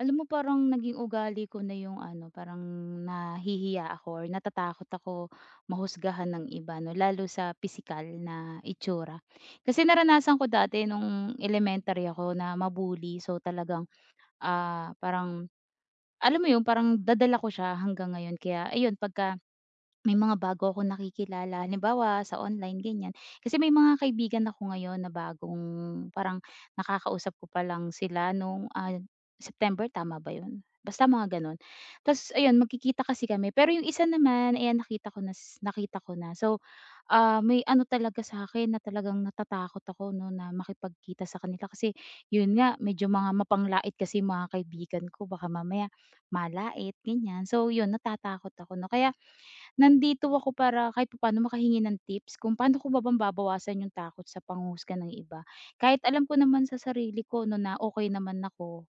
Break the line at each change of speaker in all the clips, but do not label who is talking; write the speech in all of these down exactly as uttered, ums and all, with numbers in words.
Alam mo parang naging ugali ko na yung ano, parang nahihiya ako or natatakot ako mahusgahan ng iba 'no, lalo sa pisikal na itsura. Kasi naranasan ko dati nung elementary ako na mabuli so talagang, ah, parang alam mo yun, parang dadala ko siya hanggang ngayon kaya ayun pagka may mga bago akong nakikilala, halimbawa sa online ganyan. Kasi may mga kaibigan ako ngayon na bagong parang nakakausap ko pa lang sila nung, ah, September tama ba 'yun? Basta mga gano'n. Tapos ayun magkikita kasi kami pero yung isa naman, ayan nakita ko nas nakita ko na. So, ah, may ano talaga sa akin na talagang natatakot ako 'no na makipagkita sa kanila kasi yun nga medyo mga mapanglait kasi yung mga kaibigan ko baka mamaya malait ganyan. So yun natatakot ako 'no, kaya nandito ako para kahit paano makahingi ng tips kung paano ko ba mababawasan yung takot sa panghuhusga ng iba. Kahit alam ko naman sa sarili ko 'no na okay naman ako.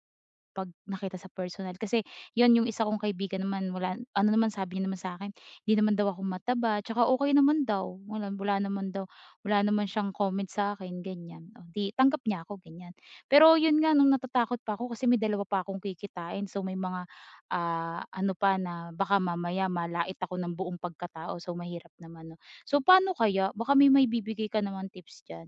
'Pag nakita sa personal. Kasi 'yun yung isa kong kaibigan naman wala ano naman sabi niya naman sa akin hindi naman daw ako mataba, tsaka okey naman daw, wala wala naman daw wala naman siyang comment sa akin ganiyan. Oh, 'di tanggap niya ako ganiyan. Pero 'yun nga nung natatakot pa ako kasi may dalawa pa akong kikitain so may mga, ah, ano pa na baka mamaya malait ako ng buong pagkatao so mahirap naman 'no. So paano kaya? Baka may may bibigay ka naman tips diyan?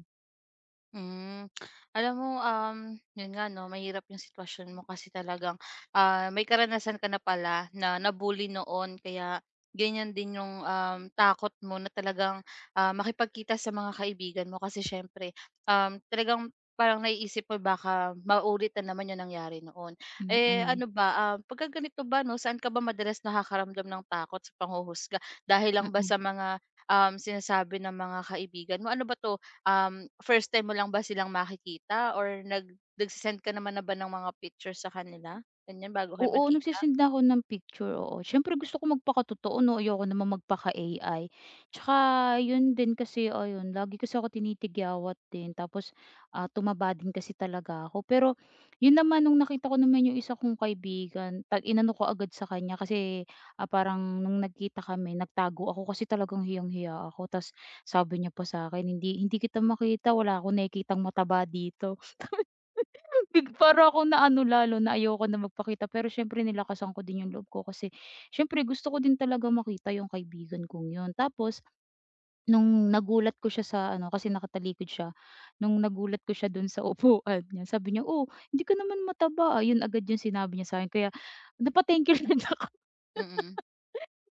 Hmm. Alam mo, um, yun nga 'no, mahirap yung sitwasyon mo kasi talagang, ah, may karanasan ka na pala na na-bully noon kaya ganyan din yung, um, takot mo na talagang, ah, makipagkita sa mga kaibigan mo kasi siyempre, um, talagang parang naiisip mo baka maulit na naman yung nangyari noon.
Mm,
Eh,
mm.
ano ba, ah, pagka ganito ba 'no, saan ka ba madalas nakakaramdam ng takot sa panghuhusga? Dahil lang ba
Mm.
sa mga, um, sinasabi ng mga kaibigan mo? Ano ba 'to, Um, first time mo lang ba silang makikita or nag nagse ka naman na ba ng mga pictures sa kanila, ganyan bago kayo
Oo, nagse
magkita?
na ako ng picture, oo. Siyempre gusto ko magpakatotoo 'no, ayoko naman magpaka-A I. Tsaka yun din kasi ayun, lagi kasi ako tinitigyawat din tapos, ah, tumaba din kasi talaga ako. Pero yun naman nung nakita ko naman yung isa kong kaibigan, ta inano ko agad sa kanya kasi, ah, parang nung nagkita kami nagtago ako kasi talagang hiyang-hiya ako. Ta's sabi niya pa sa akin, "Hindi hindi kita makita, wala akong nakikitang mataba dito." Big para akong naano lalo na ayoko na magpakita pero siyempre nilakasan ko din yung loob ko kasi siyempre gusto ko din talaga makita yung kaibigan kong yun. Tapos nung nagulat ko siya sa ano kasi nakatalikod siya, nung nagulat ko siya dun sa upuan niya sabi niya, "Oh, hindi ka naman mataba, ah." Yun agad yung sinabi niya sa akin kaya napa-thank you rin ako.
Mm.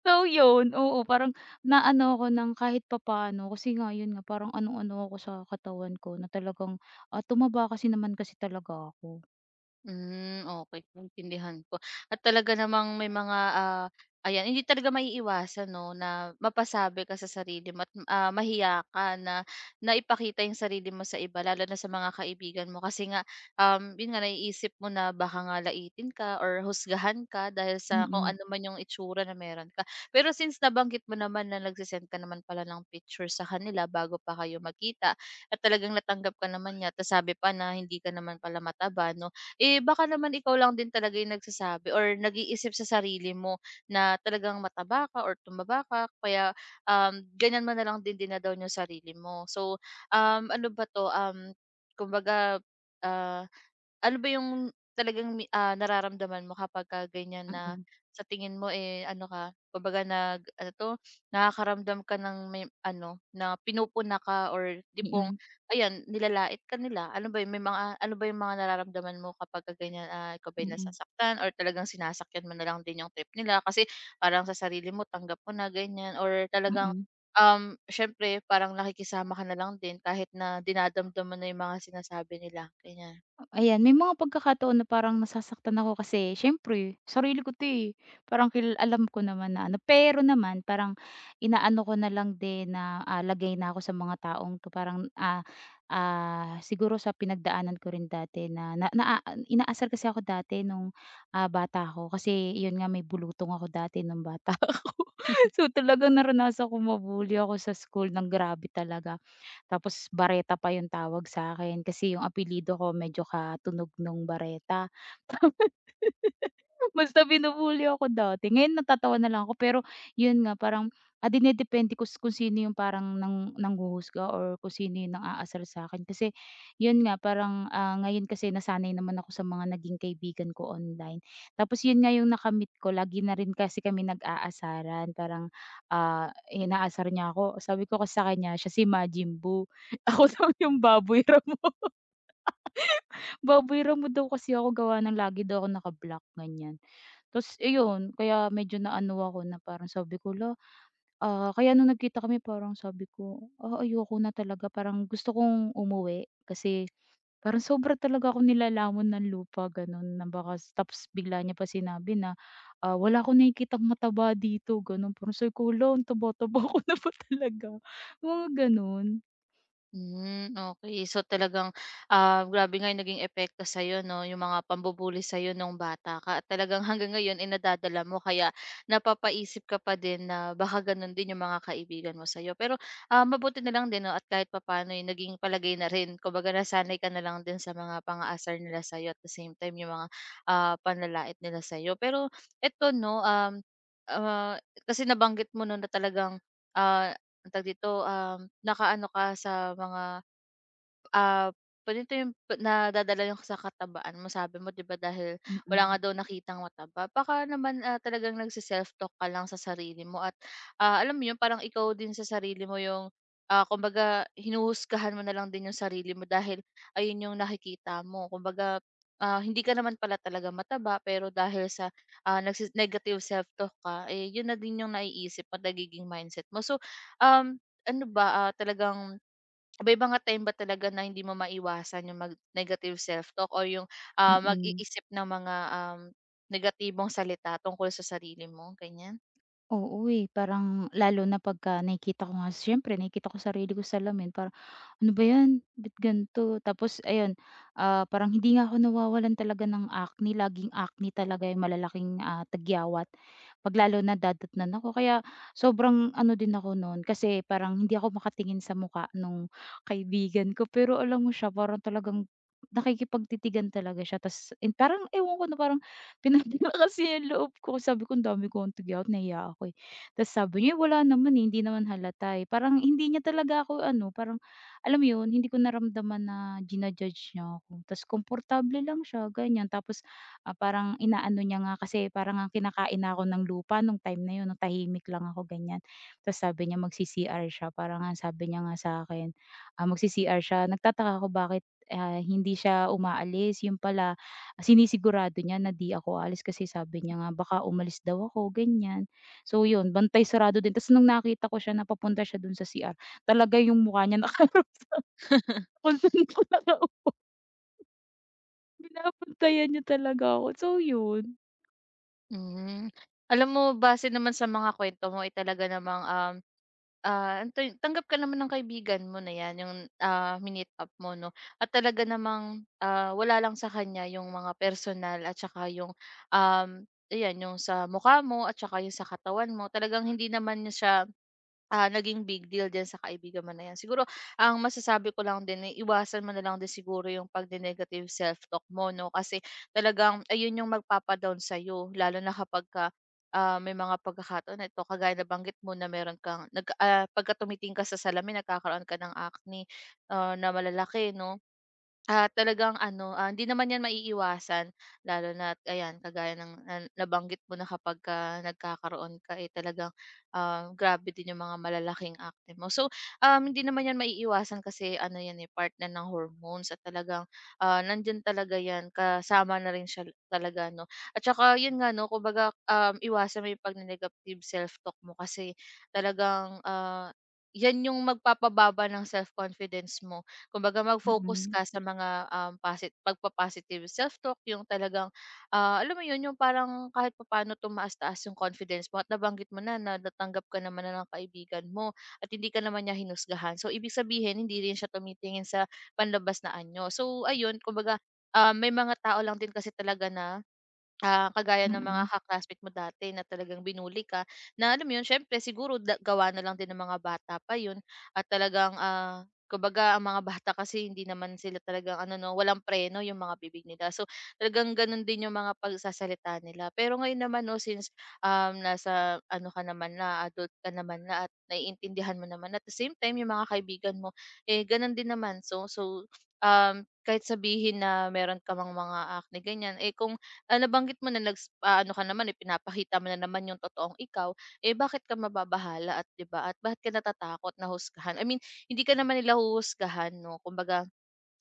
So yun, oo, parang naano ako ng kahit papaano kasi nga yun nga parang anong-ano ako sa katawan ko na talagang, ah, tumaba kasi naman kasi talaga ako.
Hmm, okey, naintindihan ko, at talaga namang may mga, ah, ayan, hindi talaga maiiwasan 'no na mapasabi ka sa sarili mo at, ah, mahiya ka na na ipakita yung sarili mo sa iba lalo na sa mga kaibigan mo kasi nga, um, yun nga naiisip mo na baka nga laitin ka or husgahan ka dahil sa kung
Mm,
ano man yung itsura na meron ka. Pero since nabanggit mo naman na nagse ka naman pala ng picture sa kanila bago pa kayo magkita at talagang natanggap ka naman niya at sabi pa na hindi ka naman pala mataba 'no. Eh, baka naman ikaw lang din talaga yung nagsasabi or nag-iisip sa sarili mo na talagang mataba ka or tumaba ka, kaya, um, ganyan mo na lang din dina-down yung sarili mo. So, um, ano ba 'to, um, kumbaga, ah, ano ba yung talagang mi ah, nararamdaman mo kapagka ganyan na
mm.
sa tingin mo, eh, ano ka, kumbaga nag ano 'to, nakakaramdam ka ng may ano, na pinupuna ka or tipong
Mm,
ayan, nilalait ka nila. Ano ba 'yun, may mga ano ba 'yung mga nararamdaman mo kapagka ganiyan, ah, ikaw ba'y
mm,
nasasaktan or talagang sinasakyan mo na lang din 'yung trip nila, kasi parang sa sarili mo tanggap mo na ganiyan or talagang,
mm.
um, siyempre parang nakikisama ka na lang din kahit na dinadamdam mo na 'yung mga sinasabi nila, ganiyan?
Ayan, may mga pagkakataon na parang nasasaktan ako kasi siyempre sarili ko 'to, eh. Parang kil alam ko naman na ano pero naman parang inaano ko na lang din na, ah, lagay na ako sa mga taong 'to parang, ah, ah, siguro sa pinagdaanan ko rin dati na na naa inaasar kasi ako dati nung, ah, bata ako kasi yun nga may bulutong ako dati nung bata ako. So, talagang naranasan kong mabully ako sa school ng grabe talaga. Tapos Bareta pa yung tawag sa akin kasi yung apelyido ko medyo katunog nung Bareta. Basta binubully ako dati, ngayon natatawa na lang ako pero yun nga parang, ah, dinedepende ko kung sino yung parang nang nanghuhusga or kung sino yung nang-aasar sa'kin kasi yun nga parang, ah, ngayon kasi nasanay naman ako sa mga naging kaibigan ko online. Tapos yun nga yung nakamit ko lagi na rin kasi kami nag-aasaran parang, ah, inaasar niya ako sabi ko kasi sa kanya siya si Majin Buu, ako daw yung baboy Ramo. Baboy Ramo daw kasi ako gawa ng lagi daw ako naka-block, ganyan. Tas iyon, kaya medyo naano ako na parang sabi ko, "Hala," ah, kaya nung nagkita kami parang sabi ko, "Ah, ayoko na talaga." Parang gusto kong umuwi kasi parang sobra talaga ako nilalamon ng lupa gano'n na baka tapos bigla niya pa sinabi na, ah, "Wala akong nakikitang mataba dito." Gano'n. Parang sabi ko, "Hala, ang taba-taba ko na ba talaga?" Mga gano'n.
Hmm, okay. So talagang, ah, grabe nga yung naging epekto sa sa'yo 'no, yung mga pambubuli sa sa'yo nung bata ka at talagang hanggang ngayon ay nadadala mo, kaya napapaisip ka pa din na baka gano'n din yung mga kaibigan mo sa sa'yo. Pero, ah, mabuti na lang din 'no at kahit papaano, eh, naging palagay na rin. Kumbaga, nasanay ka na lang din sa mga pang-aasar nila sa'yo at the same time yung mga, ah, panlalait nila sa sa'yo. Pero eto 'no, um, ah, kasi nabanggit mo 'no na talagang, ah ang tawag dito, um, nakaano ka sa mga ah, ganito yung pa- nadadala yung sa katabaan mo sabi mo 'di ba dahil wala
Mm,
nga daw nakitang mataba. Baka naman, ah, talagang nagsiself talk ka lang sa sarili mo at, ah, alam mo yun, parang ikaw din sa sarili mo yung, ah, kumbaga hinuhusgahan mo na lang din yung sarili mo dahil ayun yung nakikita mo. Kumbaga, ah, hindi ka naman pala talaga mataba pero dahil sa, ah, nagse negative self-talk ka, eh, yun na din yung naiisip at nagiging mindset mo. So, um, ano ba, ah, talagang may mga time ba talaga na hindi mo maiwasan yung mag negative self-talk o yung, ah,
mm.
mag-iisip ng mga, um, negatibong salita tungkol sa sarili mo, ganyan?
Oo, eh, parang lalo na pagka nakikita ko nga siyempre nakikita ko sarili ko sa salamin parang, "Ano ba 'yan, ba't ganito?" Tapos ayun, ah, parang hindi nga ako nawawalan talaga ng acne, laging acne talaga yung malalaking, ah, tagyawat 'pag lalo na dadatnan ako. Kaya sobrang ano din ako no'n kasi parang hindi ako makatingin sa mukha nung kaibigan ko pero alam mo siya parang talagang nakikipagtitigan talaga siya ta's eh, parang ewan ko na parang pinagtaka kasi yung loob ko, sabi ko ang dami ko ngang out at nahiya ako, eh. Tapos sabi niya, "Eh, wala naman, eh, hindi naman halata, eh." Parang hindi niya talaga ako ano, parang alam mo yun, hindi ko naramdaman na ginajudge niya ako. Tapos komportable lang siya, ganyan. Tapos, ah, parang inaano niya nga kasi parang ang kinakain na ako ng lupa nung time na yun, nung tahimik lang ako, ganyan. Tapos sabi niya magci-C R siya, parang ang sabi niya nga sa'kin, ah, magci-C R siya. Nagtataka ako bakit, ah, hindi siya umaalis, yung pala sinisigurado niya na 'di ako aalis kasi sabi niya nga baka umalis daw ako ganyan. So yun, bantay sarado din ta's nung nakita ko siya na papunta siya dun sa C R, talaga yung mukha niya nakaharap sa kung saan ko nakaupo, binabantayan niya talaga ako. So yun.
Hmm. Alam mo, base naman sa mga kuwento mo ay talaga namang, um, ah, ano 'to yun, tanggap ka naman ng kaibigan mo na 'yan, yung, ah, mi up mo 'no, at talaga namang, ah, wala lang sa kanya yung mga personal at saka yung, um, ayan, yung sa mukha mo at saka yung sa katawan mo. Talagang hindi naman niya siya ah, naging big deal din sa kaibigan mo na 'yan. Siguro ang masasabi ko lang din, eh, iwasan mo na lang din siguro yung pag negative self-talk mo 'no, kasi talagang ayun yung magpapa-down sa'yo lalo na kapag ka ah, may mga pagkakataon na ito kagaya na banggit mo na meron kang nag ah, pagka tumitingin ka sa salamin nagkakaroon ka ng acne, ah, na malalaki 'no. Ah, talagang ano, ah, hindi naman 'yan maiiwasan lalo na ayan kagaya ng na nabanggit mo na kapagka nagkakaroon ka, eh, talagang, ah, grabe din yung mga malalaking akne mo. So, um, hindi naman 'yan maiiwasan kasi ano 'yan, eh, part na ng hormones at talagang, ah, nandiyan talaga 'yan kasama na rin siya talaga 'no. At saka 'yun nga 'no, kumbaga, um, iwasan mo yung pagne-negative self-talk mo, kasi talagang, ah, 'yan yung magpapababa ng self-confidence mo. Kumbaga mag-focus
Mm,
ka sa mga, um, posi pagpo-positive self-talk, yung talagang, ah, alam mo yun, yung parang kahit papaano tumaas-taas yung confidence mo at nabanggit mo na na natanggap ka naman na ng kaibigan mo at hindi ka naman niya hinusgahan. So, ibig sabihin hindi rin siya tumitingin sa panlabas na anyo. So, ayun, kumbaga, ah, may mga tao lang din kasi talaga na ah, kagaya ng mga
mm,
ka mo dati na talagang binully ka, na alam mo yun, siyempre siguro da gawa na lang din ng mga bata pa yun at talagang, ah, kumbaga ang mga bata kasi hindi naman sila talagang ano 'no, walang preno yung mga bibig nila. So, talagang ganun din yung mga pagsasalita nila. Pero ngayon naman 'no since, um, nasa ano ka naman na, adult ka naman na at naiintindihan mo naman at the same time yung mga kaibigan mo, eh, ganun din naman. So so, um, kahit sabihin na meron ka ngang mga acne ganyan, eh, kung ah, nabanggit mo na nags ah, ano ka naman, eh, pinapakita mo na naman yung totoong ikaw, eh, bakit ka mababahala at 'di ba, at bakit ka natatakot na husgahan? I mean, hindi ka naman nila huhusgahan 'no, kumbaga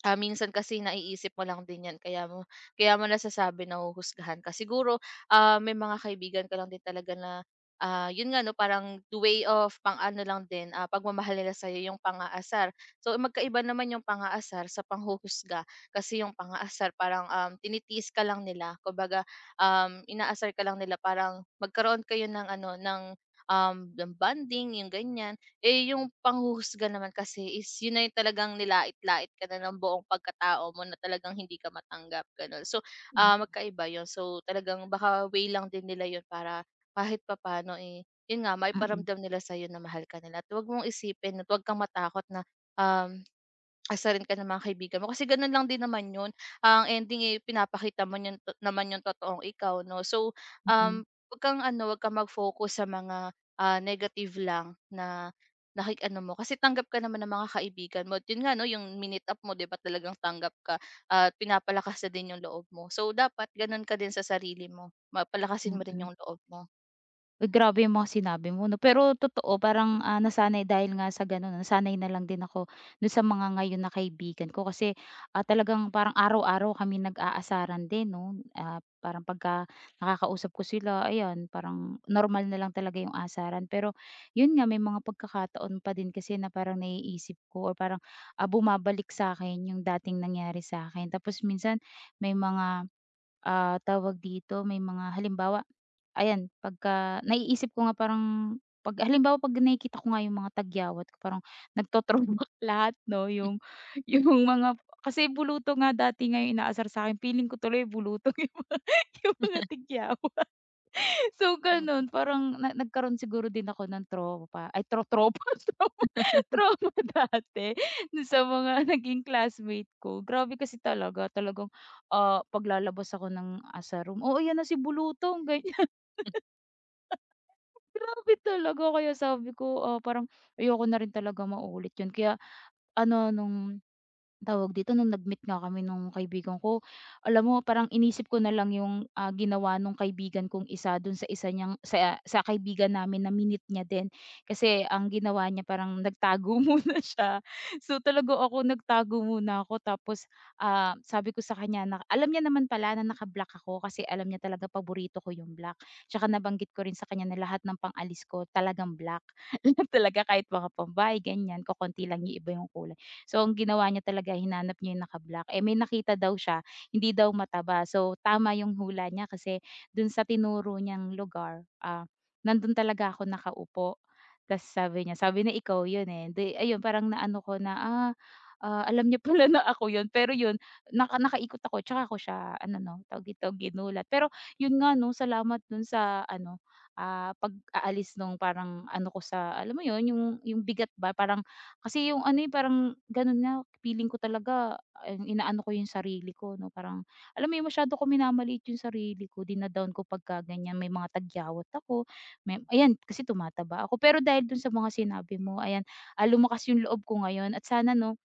Ah, minsan kasi naiisip mo lang din 'yan kaya mo kaya mo nasasabi nahuhusgahan ka. Siguro, ah, may mga kaibigan ka lang din talaga na, ah, 'yun nga 'no, parang the way of pang-ano lang din, ah, pagmamahal nila sa'yo yung pangaasar. So, magkaiba naman yung pangaasar aasar sa panghuhusga. Kasi yung pangaasar parang, um, tinitiis ka lang nila. Kumbaga, um, inaasar ka lang nila parang magkaroon kayo ng ano, ng, um, ng bonding, yung ganyan. Eh, yung panghuhusga naman kasi is yun na yung talagang nilait-lait ka na ng buong pagkatao mo na talagang hindi ka matanggap, gano'n. So, ah,
mm,
magkaiba yun. So, talagang baka way lang din nila yun para kahit papaano, eh, yun nga, maiparamdam nila sa'yo na mahal ka nila at huwag mong isipin at huwag kang matakot na, um, asarin ka ng mga kaibigan mo. Kasi ganun lang din naman yun. Ang ending, eh, pinapakita mo yun, to- naman yung totoong ikaw, 'no? So, um,
mm,
huwag kang ano, wag kang mag-focus sa mga, ah, negative lang na naki-ano mo, kasi tanggap ka naman ng mga kaibigan mo at yun nga 'no, yung minute up mo, 'di ba talagang tanggap ka at pinapalakas na din yung loob mo. So, dapat gano'n ka din sa sarili mo, mapalakasin
mm,
palakasin mo rin
mm.
yung loob mo.
Uy, grabe yung mga sinabi mo 'no, pero totoo parang, ah, nasanay dahil nga sa gano'n nasanay na lang din ako do'n sa mga ngayon na kaibigan ko kasi, ah, talagang parang araw-araw kami nag-aasaran din 'no. Ah, parang pagka nakakausap ko sila ayan parang normal na lang talaga yung asaran. Pero 'yun nga may mga pagkakataon pa din kasi na parang naiisip ko or parang, ah, bumabalik sa akin yung dating nangyari sa akin. Tapos minsan may mga, ah, tawag dito, may mga halimbawa. Ayan, pagka naiisip ko nga parang 'pag halimbawa 'pag nakikita ko nga yung mga tagyawat ko parang nagto-throwback lahat 'no, yung yung mga kasi buluto nga dati ngayon yung sa akin feeling ko tuloy buluto yung mga yung mga tigyawa. So gano'n, parang na nagkaroon siguro din ako ng tropa ay tro tropa trauma trauma dati do'n sa mga naging classmate ko. Grabe kasi talaga, talagang, ah, 'pag ako ng, ah, room, "Oh, ayan na si bulutong." Grabe talaga kaya sabi ko, ah, parang ayoko na rin talaga maulit yun kaya ano nung tawag dito, nung nag-meet nga kami nung kaibigan ko, alam mo parang inisip ko na lang yung, ah, ginawa nung kaibigan kong isa dun sa isa niyang sa sa kaibigan namin na minute niya din. Kasi ang ginawa niya parang nagtago muna siya. So, talaga ako nagtago muna ako tapos, ah, sabi ko sa kanya na alam niya naman pala na naka-black ako kasi alam niya talaga paborito ko yung black. Tsaka nabanggit ko rin sa kanya na lahat ng pangalis ko talagang black. Lahat talaga kahit mga pambay ganyan, kokonti lang yung iba yung kulay. So, ang ginawa niya talaga hinanap niya yung naka-black, eh, may nakita daw siya, hindi daw mataba. So, tama yung hula niya kasi dun sa tinuro niyang lugar, ah, nandun talaga ako nakaupo. Ta's sabi niya, sabi na "Ikaw yun, eh." Di ayun parang naano ko na, ah, ah, alam niya pala na ako yun. Pero yun, naka nakaikot ako tsaka ako siya ano 'no, tawag dito, ginulat. Pero yun nga 'no, salamat dun sa ano, ah, pag-aalis nung parang ano ko sa alam mo yun, yung yung bigat ba, parang kasi yung ano, eh, parang gano'n nga feeling ko talaga ang inaano ko yung sarili ko 'no, parang alam mo yung masyado ko minamaliit yung sarili ko, dinadown ko pagka ganyan. May mga tagyawat ako, may ayan kasi tumataba ako. Pero dahil dun sa mga sinabi mo, ayan, ah, lumakas yung loob ko ngayon at sana 'no,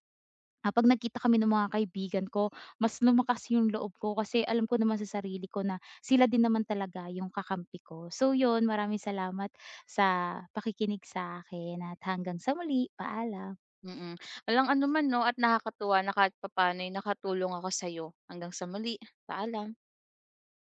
ah, 'pag nagkita kami ng mga kaibigan ko, mas lumakas yung loob ko kasi alam ko naman sa sarili ko na sila din naman talaga yung kakampi ko. So yun, maraming salamat sa pakikinig sa akin at hanggang sa muli, paalam.
Mm, mm. Walang anuman 'no at nakakatuwa na kahit papaano'y nakatulong ako sa'yo. Hanggang sa muli, paalam.